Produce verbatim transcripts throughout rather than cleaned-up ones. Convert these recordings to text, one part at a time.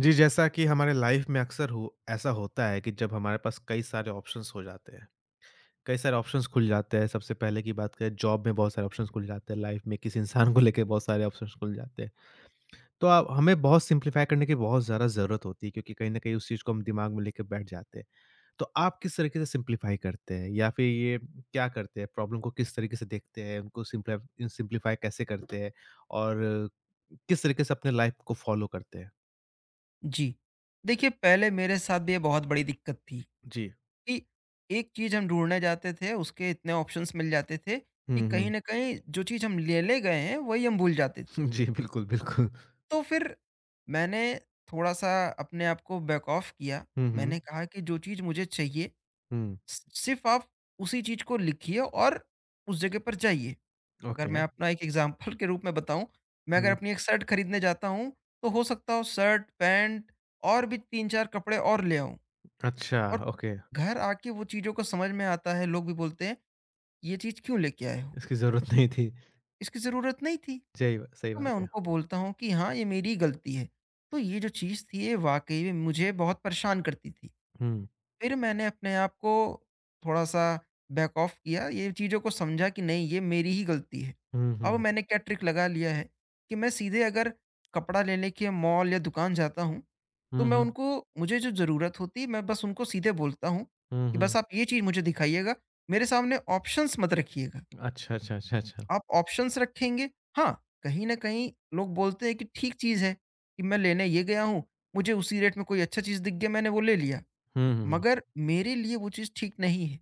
जी, जैसा कि हमारे लाइफ में अक्सर हो ऐसा होता है कि जब हमारे पास कई सारे ऑप्शंस हो जाते हैं, कई सारे ऑप्शंस खुल जाते हैं। सबसे पहले की बात करें जॉब में बहुत सारे ऑप्शंस खुल जाते हैं, लाइफ में किसी इंसान को लेके बहुत सारे ऑप्शंस खुल जाते हैं। तो आप हमें बहुत सिंप्लीफाई करने की बहुत ज़्यादा ज़रूरत होती है क्योंकि कहीं न कहीं उस चीज़ को हम दिमाग में लेके बैठ जाते हैं। तो आप किस तरीके से सिंप्लीफाई करते हैं या फिर ये क्या करते हैं? प्रॉब्लम को किस तरीके से देखते हैं? उनको सिंप्लाइ सिंप्लीफाई कैसे करते हैं और किस तरीके से अपने लाइफ को फ़ॉलो करते हैं? जी। देखिए, पहले मेरे साथ भी ये बहुत बड़ी दिक्कत थी जी। कि एक चीज़ हम ढूँढने जाते थे, उसके इतने ऑप्शंस मिल जाते थे कि कहीं हम्म। न कहीं जो चीज़ हम लेने गए हैं, वही हम भूल जाते थे। जी, बिल्कुल, बिल्कुल। तो फिर मैंने थोड़ा-सा अपने आप को बैक ऑफ किया। हुँ, हुँ। मैंने कहा कि जो चीज़ मुझे चाहिए, हुँ, स सिर्फ़ आप उसी चीज़ को लिखिए और उस जगह पर जाइए। अगर ओके। मैं अपना एक एग्ज़ाम्पल के रूप में बताऊँ, मैं अगर हुँ, अपनी एक शर्ट खरीदने जाता हूँ, तो हो सकता हो शर्ट, पैंट और भी तीन चार कपड़े और ले आऊँ। अच्छा, और ओके। घर आके वो चीज़ों को समझ में आता है, लोग भी बोलते हैं, "ये चीज़ क्यों लेके आए हो? इसकी ज़रूरत नहीं थी। इसकी ज़रूरत नहीं थी।" सही बा सही तो मैं बात है। उनको बोलता हूँ कि हाँ, ये मेरी गलती है। तो ये जो चीज़ थी, ये वाक़ई में मुझे बहुत परेशान करती थी। हुँ, फिर मैंने अपने आप को थोड़ा-सा बैक ऑफ किया, ये चीज़ों को समझा कि नहीं ये मेरी ही गलती है। हुँ, अब हुँ। मैंने क्या ट्रिक लगा लिया है कि मैं सीधे अगर कपड़ा लेने के मॉल या दुकान जाता हूँ, तो हुँ, मैं हुँ। उनको मुझे जो ज़रूरत होती है मैं बस उनको सीधे बोलता हूँ हुँ, कि बस हुँ। आप ये चीज़ मुझे दिखाइएगा, मेरे सामने ऑप्शंस मत रखिएगा। अच्छा, अच्छा, अच्छा, अच्छा। आप ऑप्शंस रखेंगे हाँ, कहीं न कहीं लोग बोलते हैं कि ठीक चीज़ है कि मैं लेने ये गया हूँ, मुझे उसी रेट में कोई अच्छा चीज़ दिख गया मैंने वो ले लिया। हुँ, हुँ, हुँ। मगर मेरे लिए वो चीज़ ठीक नहीं है।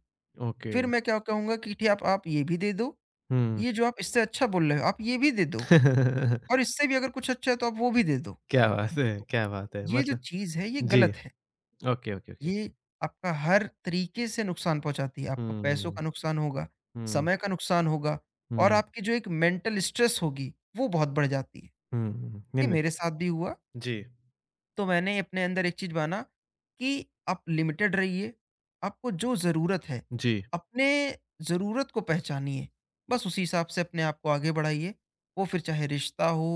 ओके। फिर मैं क्या कहूँगा कि ठीक है आप आप ये भी दे दो, हुँ। ये जो आप इससे अच्छा बोल रहे हो आप ये भी दे दो और इससे भी अगर कुछ अच्छा है तो आप वो भी दे दो। क्या बात है, तो क्या बात है! ये जो मतलब चीज़ है ये जी, गलत है। Okay, okay, okay. ये आपका हर तरीके से नुकसान पहुँचाती है। आपका पैसों हुँ, का नुकसान होगा, हुँ, समय का नुकसान होगा और हुँ, आपकी जो एक मेंटल स्ट्रेस होगी वो बहुत बढ़ जाती है। हुँ। नहीं, ये नहीं। मेरे साथ भी हुआ जी, तो मैंने अपने अंदर एक चीज माना कि आप लिमिटेड रहिए, आपको जो जरूरत है जी। अपने जरूरत को पहचानिए, बस उसी हिसाब से अपने आप को आगे बढ़ाइए। वो फिर चाहे रिश्ता हो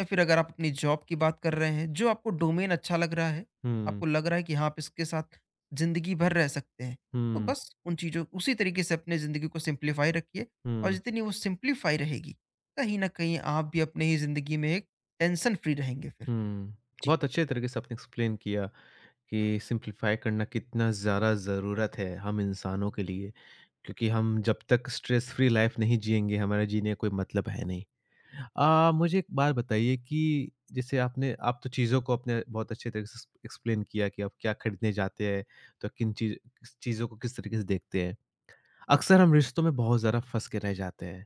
या फिर अगर आप अपनी जॉब की बात कर रहे हैं, जो आपको डोमेन अच्छा लग रहा है, हुँ, आपको लग रहा है कि हाँ आप इसके साथ जिंदगी भर रह सकते हैं, तो हुँ, बस उन चीज़ों उसी तरीके से अपने ज़िंदगी को सिंप्लीफाई रखिए। और हुँ, जितनी वो सिंप्लीफाई रहेगी, कहीं ना कहीं आप भी अपने ही ज़िंदगी में एक टेंशन फ्री रहेंगे फिर। हुँ। जी। बहुत अच्छे तरीके से आपने एक्सप्लेन किया। कि सिंप्लीफाई करना कितना ज़्यादा ज़रूरत है हम इंसानों के लिए क्योंकि हम जब तक स्ट्रेस फ्री लाइफ नहीं जिएँगे, हमारा जीने का कोई मतलब है नहीं। अ, मुझे एक बात बताइए कि जैसे आपने आप तो चीज़ों को अपने बहुत अच्छे तरीके से एक्सप्लेन किया कि आप क्या खरीदने जाते हैं, तो किन चीज़ चीज़ों को किस तरीके से देखते हैं। अक्सर हम रिश्तों में बहुत ज़्यादा फँस के रह जाते हैं।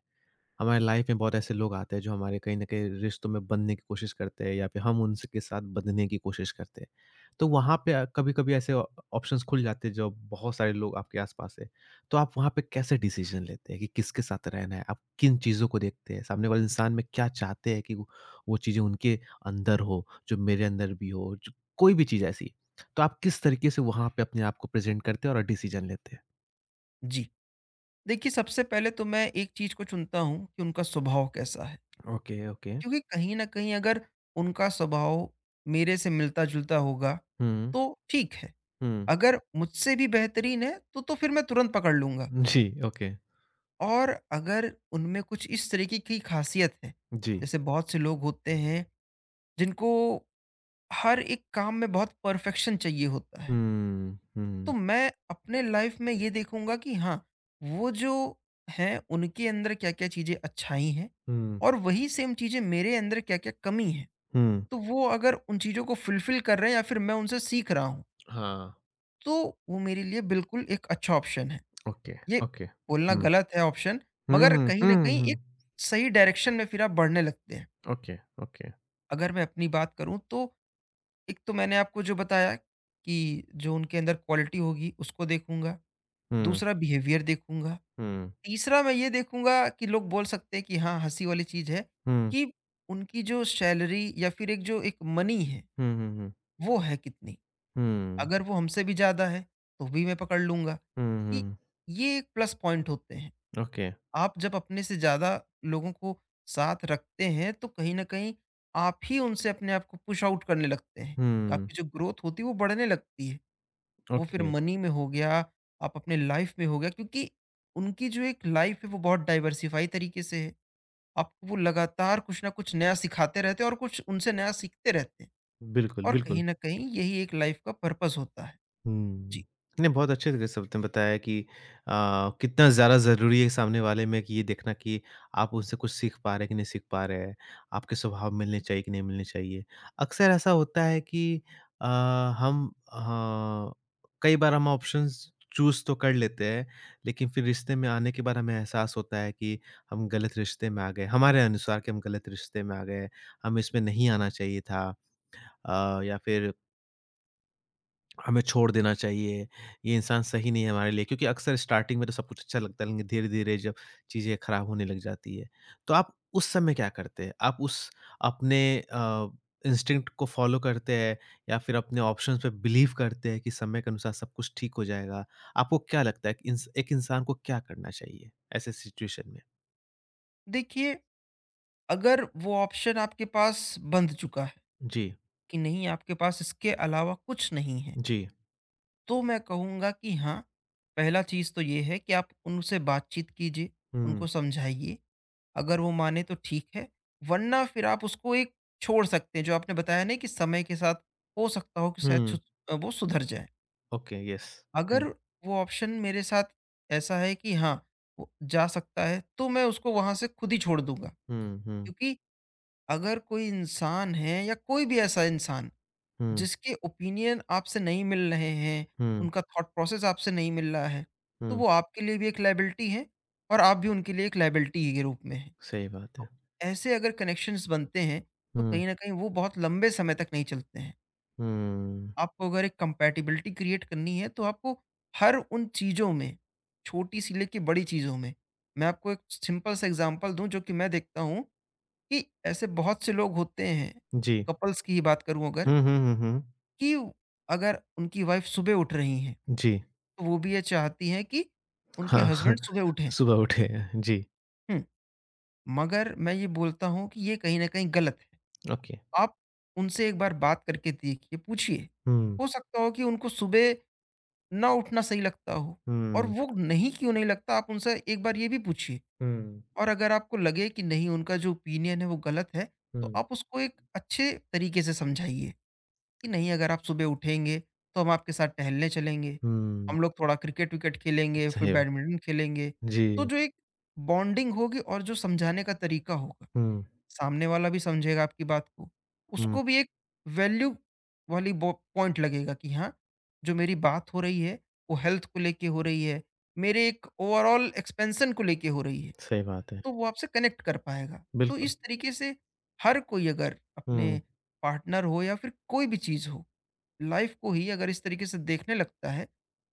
हमारे लाइफ में बहुत ऐसे लोग आते हैं जो हमारे कहीं न कहीं रिश्तों में बँधने की कोशिश करते हैं या फिर हम उनसे के साथ बँधने की कोशिश करते हैं। तो वहाँ पे अ, कभी-कभी ऐसे ऑ ऑप्शंस खुल जाते हैं जो बहुत सारे लोग आपके आस-पास हैं। तो आप वहाँ पे कैसे डिसीज़न लेते हैं कि किसके साथ रहना है? आप किन चीज़ों को देखते हैं? सामने वाले इंसान में क्या चाहते हैं कि वो वो चीज़ें उनके अंदर हो, जो मेरे अंदर भी हो, जो कोई भी चीज़ ऐसी। तो आप किस तरीके से वहाँ पे अपने आप को प्रेज़ेंट करते हैं और डिसीज़न लेते हैं? जी। देखिए, सबसे पहले तो मैं एक चीज़ को चुनता हूँ कि उनका स्वभाव कैसा है। Okay, okay. क्योंकि कहीं न कहीं अगर उनका स्वभाव मेरे से मिलता-जुलता होगा, हुँ, तो ठीक है। हुँ। अगर मुझसे भी बेहतरीन है, तो तो फिर मैं तुरंत पकड़ लूँगा। जी, ओके। और अगर उनमें कुछ इस तरीके की ख़ासियत है, जी। जैसे बहुत से लोग होते हैं, जिनको हर एक काम में बहुत परफ़ेक्शन चाहिए होता है। हुँ, तो हुँ, मैं अपने लाइफ में ये देखूंगा कि हाँ वो जो हैं उनके अंदर क्या क्या चीजें अच्छाई हैं हुँ, और वही सेम चीजें मेरे अंदर क्या क्या कमी है। हुँ। तो वो अगर उन चीजों को फुलफिल कर रहे हैं या फिर मैं उनसे सीख रहा हूँ, हाँ। तो वो मेरे लिए बिल्कुल एक अच्छा ऑप्शन है। ओके, ये ओके। बोलना हुँ, गलत है ऑप्शन, हुँ, मगर हुँ, कहीं ना हुँ, कहीं एक हुँ। सही डायरेक्शन में फिर आप बढ़ने लगते हैं। Okay, okay. अगर मैं अपनी बात करूं तो एक तो मैंने आपको जो बताया कि जो उनके अंदर क्वालिटी होगी उसको देखूंगा, हुँ, दूसरा बिहेवियर देखूंगा, हुँ, तीसरा मैं ये देखूँगा कि लोग बोल सकते हैं कि हाँ, हँसी वाली चीज़ है हुँ, कि उनकी जो सैलरी या फिर एक जो एक मनी है, हुँ, हुँ, हुँ। वो है कितनी? हुँ, अगर वो हमसे भी ज़्यादा है, तो भी मैं पकड़ लूँगा हुँ, कि हुँ। ये एक प्लस पॉइंट होते हैं। ओके। आप जब अपने से ज़्यादा लोगों को साथ रखते हैं, तो कहीं न कहीं आप ही उनसे अपने आप को पुश आउट करने लगते हैं। हुँ, आपकी जो ग्रोथ होती है, वो बढ़ने लगती है। वो फिर ओके। मनी में हो गया, आप अपने लाइफ़ में हो गया, क्योंकि उनकी जो एक लाइफ़ है, वो बहुत डाइवर्सिफ़ाई तरीके से है। आपको वो लगातार कुछ ना कुछ नया सिखाते रहते हैं और कुछ उनसे नया सीखते रहते हैं, बिल्कुल, और कहीं बिल्कुल। ना कहीं यही एक लाइफ का पर्पस होता है। हुँ। जी। नहीं, बहुत अच्छे तरीके से आपने बताया कि अ, कितना ज़्यादा ज़रूरी है सामने वाले में कि ये देखना कि आप उनसे कुछ सीख पा रहे हैं कि नहीं सीख पा रहे हैं, आपके स्वभाव मिलने चाहिए कि नहीं मिलने चाहिए। अक्सर ऐसा होता है कि अ, हम अ, कई बार हम ऑप्शंस चूज़ तो कर लेते हैं, लेकिन फिर रिश्ते में आने के बाद हमें एहसास होता है कि हम गलत रिश्ते में आ गए, हमारे अनुसार कि हम गलत रिश्ते में आ गए, हमें इसमें नहीं आना चाहिए था। अ, या फिर हमें छोड़ देना चाहिए, ये इंसान सही नहीं है हमारे लिए क्योंकि अक्सर स्टार्टिंग में तो सब कुछ अच्छा लगता है लेकिन धीरे-धीरे जब चीज़ें खराब होने लग जाती है, तो आप उस समय क्या करते हैं? आप उस अपने अ, इंस्टिंक्ट को फ़ॉलो करते हैं या फिर अपने ऑप्शंस पे बिलीव करते हैं कि समय के अनुसार सब कुछ ठीक हो जाएगा? आपको क्या लगता है कि इंस एक इंसान को क्या करना चाहिए ऐसे सिचुएशन में? देखिए, अगर वो ऑप्शन आपके पास बंध चुका है जी, कि नहीं आपके पास इसके अलावा कुछ नहीं है, जी। तो मैं कहूँगा कि हाँ, पहला चीज़ तो ये है कि आप उनसे बातचीत कीजिए, हुँ, उनको समझाइए। अगर वो माने तो ठीक है, वरना फिर आप उसको एक छोड़ सकते हैं। जो आपने बताया नहीं कि समय के साथ हो सकता हो कि शायद हुँ, सु- वो सुधर जाए। Okay, yes. अगर हुँ, वो ऑप्शन मेरे साथ ऐसा है कि हाँ वो जा सकता है तो मैं उसको वहां से खुद ही छोड़ दूंगा, हुँ, हुँ, क्योंकि अगर कोई इंसान है या कोई भी ऐसा इंसान हुँ, जिसके ओपिनियन आपसे नहीं मिल रहे हैं, हुँ, उनका थॉट प्रोसेस आपसे नहीं मिल रहा है, तो हुँ, वो आपके लिए भी एक लाइबिलिटी है और आप भी उनके लिए एक लाइबिलिटी के रूप में हैं। सही बात है। तो ऐसे अगर कनेक्शंस बनते हैं तो हुँ, कहीं ना कहीं वो बहुत लंबे समय तक नहीं चलते हैं। हुँ। आपको अगर एक कंपैटिबिलिटी क्रिएट करनी है तो आपको हर उन चीज़ों में, छोटी सी लेके बड़ी चीज़ों में। मैं आपको एक सिंपल सा एग्ज़ाम्पल दूँ, जो कि मैं देखता हूँ कि ऐसे बहुत से लोग होते हैं, जी। कपल्स की ही बात करूँ अगर, हुँ, हुँ, हुँ, हुँ। कि अगर उनकी वाइफ़ सुबह उठ रही हैं, जी। तो वो भी ये चाहती हैं कि उनके हाँ, हाँ। हस्बैंड सुबह उठें। सुबह उठे, जी। हुँ, मगर मैं ये बोलता हूँ कि ये कहीं न कहीं गलत है। ओके। आप उनसे एक बार बात करके देखिए, पूछिए। हुँ, हो सकता हो कि उनको सुबह ना उठना सही लगता हो और हुँ, वो नहीं क्यों नहीं लगता आप उनसे एक बार ये भी पूछिए। हुँ, और अगर आपको लगे कि नहीं, उनका जो ओपिनियन है वो गलत है, तो हुँ, आप उसको एक अच्छे तरीके से समझाइए कि नहीं, अगर आप सुबह उठेंगे तो हम आपके साथ टहलने चलेंगे, हुँ। हम लोग थोड़ा क्रिकेट विकेट खेलेंगे फिर सही बा- बैडमिंटन खेलेंगे। तो जी। जो एक बॉन्डिंग होगी और जो समझाने का तरीका होगा, हुँ, सामने वाला भी समझेगा आपकी बात को। हुँ। उसको भी एक वैल्यू वाली बो पॉइंट लगेगा कि हाँ, जो मेरी बात हो रही है, वो हेल्थ को लेके हो रही है, मेरे एक ओवरॉल एक्सपेंशन को लेके हो रही है। सही बात है। तो वो आपसे कनेक्ट कर पाएगा। तो बिल्कुल। इस तरीके से हर कोई अगर अपने हुँ, पार्टनर हो या फिर कोई भी चीज़ हो, लाइफ़ को ही अगर इस तरीके से देखने लगता है,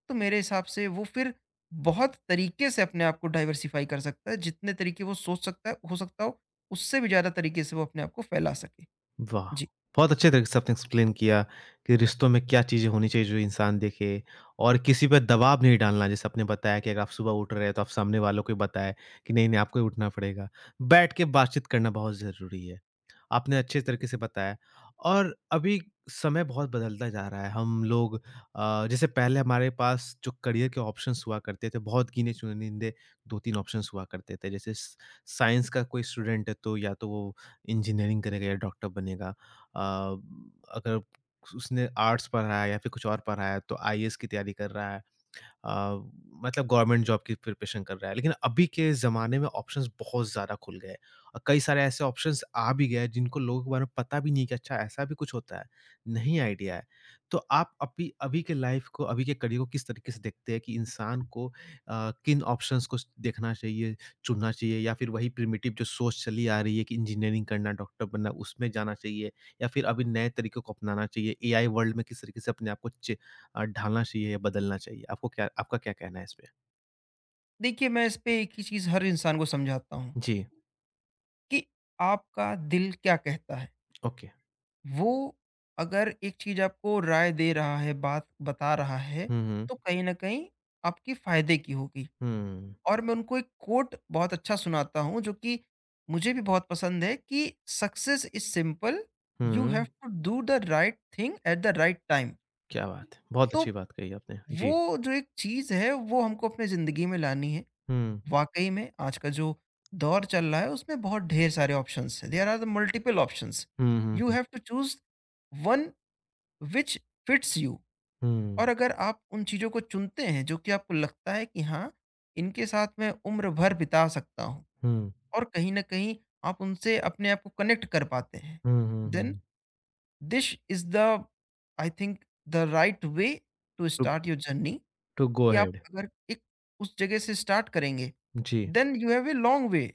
तो मेरे हिसाब से वो फिर बहुत तरीके से अपने आप को डाइवर्सिफ़ाई कर सकता है, जितने तरीके वो सोच सकता है हो सकता हो उससे भी ज़्यादा तरीके से वो अपने आप को फैला सके। वाह! जी। बहुत अच्छे तरीके से आपने एक्सप्लेन किया कि रिश्तों में क्या चीज़ें होनी चाहिए जो इंसान देखे और किसी पे दबाव नहीं डालना। जैसे आपने बताया कि अगर आप सुबह उठ रहे हैं तो आप सामने वालों को बताएँ कि नहीं-नहीं आपको ही उठना पड़ेगा। बैठ के बातचीत करना बहुत ज़रूरी है। आपने अच्छे तरीके से बताया। और अभी समय बहुत बदलता जा रहा है, हम लोग अ, जैसे पहले हमारे पास जो करियर के ऑप्शंस हुआ करते थे, बहुत गिने-चुनिंदे दो-तीन ऑप्शंस हुआ करते थे। जैसे स साइंस का कोई स्टूडेंट है, तो या तो वो इंजीनियरिंग करेगा या डॉक्टर बनेगा। अ, अगर उसने आर्ट्स पढ़ा है या फिर कुछ और पढ़ा है, तो आईएएस की तैयारी कर रहा है। अ, मतलब गवर्नमेंट जॉब की प्रिपरेशन कर रहा है। लेकिन अभी के ज़माने में ऑप्शंस बहुत ज़्यादा खुल गए हैं और कई सारे ऐसे ऑप्शंस आ भी गए हैं जिनको लोगों के बारे में पता भी नहीं कि अच्छा ऐसा भी कुछ होता है, नहीं आइडिया है। तो आप अभी अभी के लाइफ़ को, अभी के करियर को किस तरीके से देखते हैं कि इंसान को अ, किन ऑप्शंस को देखना चाहिए, चुनना चाहिए या फिर वही प्रिमिटिव जो सोच चली आ रही है कि इंजीनियरिंग करना, डॉक्टर बनना उसमें जाना चाहिए या फिर अभी नए तरीकों को अपनाना चाहिए? एआई वर्ल्ड में किस तरीके से अपने आप को चे अ, ढालना चाहिए या बदलना चाहिए? आपको क्या आपका क्या कहना है इसपे? देखिए, मैं इस पे एक ही चीज़ हर इंसान को समझाता हूँ जी, कि आपका दिल क्या कहता है? ओके। वो अगर एक चीज़ आपको राय दे रहा है, बात बता रहा है, हुँ, हुँ। तो कहीं न कहीं आपके फ़ायदे की होगी। हुँ, और मैं उनको एक कोट बहुत अच्छा सुनाता हूँ, जो कि मुझे भी बहुत पसंद है कि success is simple, you have hmm. To do the right thing at the right time. क्या बात है! बहुत तो अच्छी बात कही आपने। जी। वो जो एक चीज़ है, वो हमको अपनी ज़िंदगी में लानी है। हुँ। वाक़ई में आज का जो दौर चल रहा है, उसमें बहुत ढेर सारे ऑप्शंस हैं। There are the multiple options. Hmm, hmm, you hmm. Have to choose one which fits you, hmm, और अगर आप उन चीज़ों को चुनते हैं जो कि आपको लगता है कि हाँ, इनके साथ मैं उम्र भर बिता सकता हूँ हुँ। और कहीं न कहीं आप उनसे अपने आप को कनेक्ट कर पाते हैं, hmm, hmm, then hmm. This is the, I think, the right way to to start your journey. To go कि आप अहेड। अगर एक उस जगह से स्टार्ट करेंगे, जी। Then you have a long way.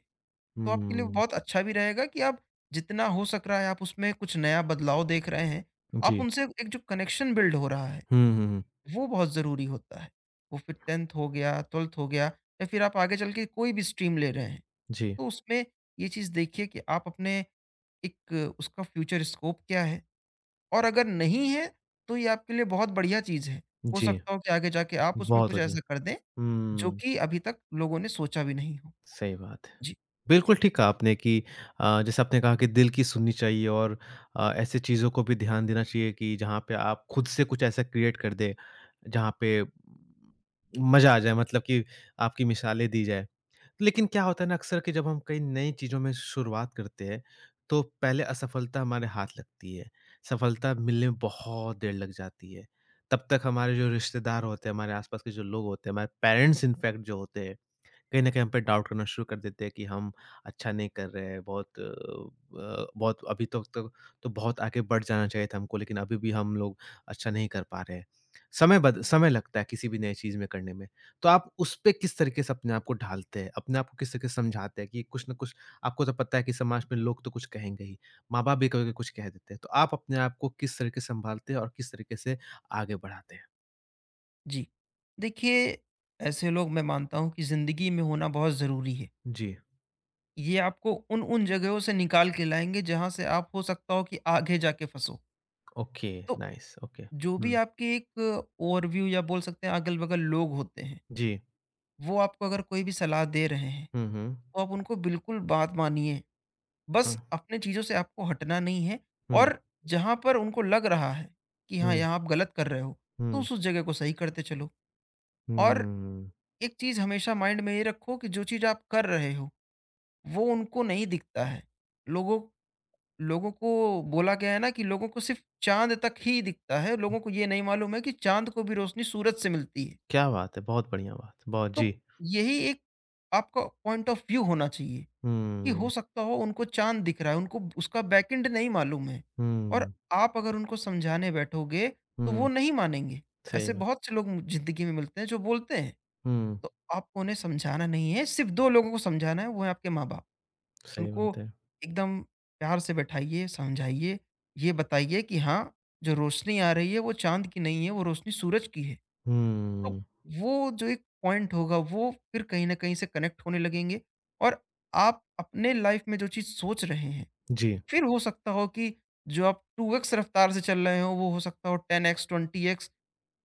तो आपके लिए हुँ, बहुत अच्छा भी रहेगा कि आप जितना हो सक रहा है आप उसमें कुछ नया बदलाव देख रहे हैं। आप जी। उनसे एक जो कनेक्शन बिल्ड हो रहा है हुँ, हुँ, हुँ। वो बहुत ज़रूरी होता है। वो फिर टेंथ हो गया, ट्वेल्फ़्थ हो गया या फिर आप आगे चल के कोई भी स्ट्रीम ले रहे हैं। जी, तो उसमें ये चीज़ देखिए कि आप अपने एक उसका फ्यूचर स्कोप क्या है? और अगर नहीं है तो ये आपके लिए बहुत बढ़िया चीज़ है। हो जी। सकता हो कि आगे जाके आप उसमें बहुत कुछ अच्छा। ऐसा कर दें जो हुँ। कि अभी तक लोगों ने सोचा भी नहीं हो। सही बात है। जी। बिल्कुल ठीक कहा आपने कि अ, जैसे आपने कहा कि दिल की सुननी चाहिए और अ, ऐसी चीज़ों को भी ध्यान देना चाहिए कि जहाँ पे आप खुद से कुछ ऐसा क्रिएट कर दें, जहाँ पे मज़ा आ जाए मतलब कि आपकी मिसालें दी जाएँ। लेकिन क्या होता है ना अक्सर कि जब हम कई नई चीज़ों में शुरुआत करते हैं, तो पहले असफलता हमारे हाथ लगती है। सफलता मिलने में बहुत देर लग जाती है। तब तक हमारे जो रिश्तेदार होते हैं, हमारे आस-पास के जो लोग होते हैं, हमारे पेरेंट्स इनफैक्ट जो होते हैं कहीं न कहीं हम पे डाउट करना शुरू कर देते हैं कि हम अच्छा नहीं कर रहे हैं, बहुत अ, अ, बहुत अभी तक तो तो तो बहुत आगे बढ़ जाना चाहिए था हमको, लेकिन अभी भी हम लोग अच्छा नहीं कर पा रहे हैं। समय बद समय लगता है किसी भी नई चीज़ में करने में। तो आप उस पे किस तरीके से अपने आप को ढालते हैं? अपने आप को किस तरीके से समझाते हैं कि कुछ न कुछ आपको तो पता है कि समाज में लोग तो कुछ कहेंगे ही, माँ-बाप भी कभी-कभी कुछ कह देते हैं। तो आप अपने आप को किस तरीके से सँभालते हैं और किस तरीके से आगे बढ़ाते हैं? जी। देखिए, ऐसे लोग मैं मानता हूँ कि ज़िंदगी में होना बहुत ज़रूरी है। जी, ये आपको उन-उन जगहों से निकाल के लाएँगे जहाँ से आप हो सकता हो कि आगे जाके फँसो। ओके, तो नाइस, ओके। जो भी हुँ, आपके एक ओवरव्यू या बोल सकते हैं अगल-बगल लोग होते हैं, जी। वो आपको अगर कोई भी सलाह दे रहे हैं, हुँ, हुँ। तो आप उनको बिल्कुल बात मानिए। बस हुँ। अपने चीज़ों से आपको हटना नहीं है, हुँ, और जहाँ पर उनको लग रहा है कि हाँ, हुँ, यहाँ आप गलत कर रहे हो, तो हुँ, उस उस जगह को सही करते चलो। और हुँ। एक चीज़ हमेशा माइंड में ये रखो कि जो चीज़ आप कर रहे हो, वो उनको नहीं दिखता है। लोगों लोगों को बोला गया है ना कि लोगों को सिर्फ़ चाँद तक ही दिखता है, लोगों को ये नहीं मालूम है कि चाँद को भी रोशनी सूरज से मिलती है। क्या बात है! बहुत बढ़िया बात, बहुत तो जी। यही एक आपका पॉइंट ऑफ व्यू होना चाहिए कि हो हुँ, सकता हो उनको चाँद दिख रहा है, उनको उसका बैकएंड नहीं मालूम है, और हुँ, आप अगर उनको समझाने बैठोगे तो वो हुँ, नहीं मानेंगे। सही ऐसे बात बहुत से लोग ज़िंदगी में मिलते हैं जो बोलते हैं, हुँ, तो आपको उन्हें समझाना नहीं है, सिर्फ़ दो लोगों को समझाना है, वो है आपके माँ-बाप। सही बात उनको है। एकदम प्यार से बैठाइए, समझाइए, ये बताइए कि हाँ, जो रोशनी आ रही है वो चाँद की नहीं है, वो रोशनी सूरज की है। तो हुँ, वो जो एक पॉइंट होगा वो फिर कहीं न कहीं से कनेक्ट होने लगेंगे और आप अपने लाइफ़ में जो चीज़ सोच रहे हैं, जी, फिर हो सकता हो कि जो आप टू एक्स रफ़्तार से चल रहे हो वो हो सकता हो टेन एक्स, ट्वेंटी एक्स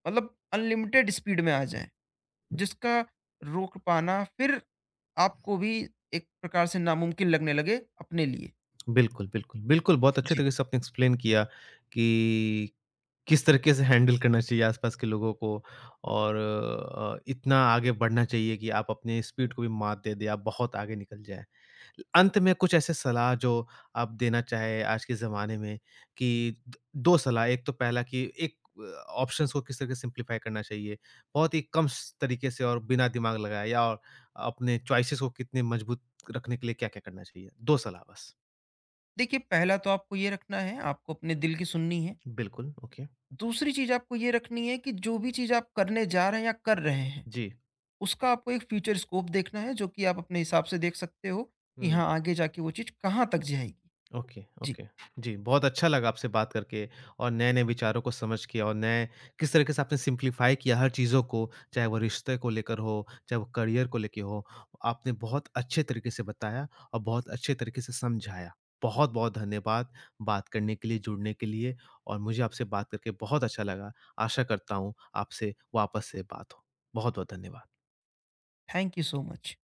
मतलब अनलिमिटेड स्पीड में आ जाएँ, जिसका रोक पाना फिर आपको भी एक प्रकार से नामुमकिन लगने लगे अपने लिए। बिल्कुल, बिल्कुल, बिल्कुल, बहुत अच्छे जी। तरीके से आपने एक्सप्लेन किया कि किस तरीके से हैंडल करना चाहिए आस-पास के लोगों को और अ, इतना आगे बढ़ना चाहिए कि आप अपने स्पीड को भी मात दे दें, आप बहुत आगे निकल जाएँ। अंत में कुछ ऐसे सलाह जो आप देना चाहें आज के ज़माने में कि द दो सलाह, एक तो पहला कि एक अ, ऑप्शंस को किस तरह से सिम्प्लीफाई करना चाहिए। बहुत ही कम स तरीके से और बिना दिमाग लगाए या और अपने चॉइसेस को कितने मजबूत रखने के लिए क्या-क्या करना चाहिए? दो सलाह बस। देखिए, पहला तो आपको ये रखना है, आपको अपने दिल की सुननी है। बिल्कुल, ओके। दूसरी चीज़ आपको ये रखनी है कि जो भी चीज़ आप करने जा रहे हैं या कर रहे हैं जी। उसका आपको एक फ्यूचर स्कोप देखना है जो कि आप अपने हिसाब से देख सकते हो कि हुँ। हाँ आगे जाके वो चीज़ कहाँ तक जाएगी। ओके, जी। ओके। जी, बहुत अच्छा लगा आपसे बात करके और नए-नए विचारों को समझ के और नए किस तरीके से आपने सिम्प्लीफ़ाई किया हर चीज़ों को, चाहे वो रिश्ते को लेकर हो, चाहे वो करियर को लेके हो। आपने बहुत अच्छे तरीके से बताया और बहुत अच्छे तरीके से समझाया। बहुत-बहुत धन्यवाद बात करने के लिए, जुड़ने के लिए और मुझे आपसे बात करके बहुत अच्छा लगा। आशा करता हूँ आपसे वापस से बात हो। बहुत-बहुत धन्यवाद। Thank you so much.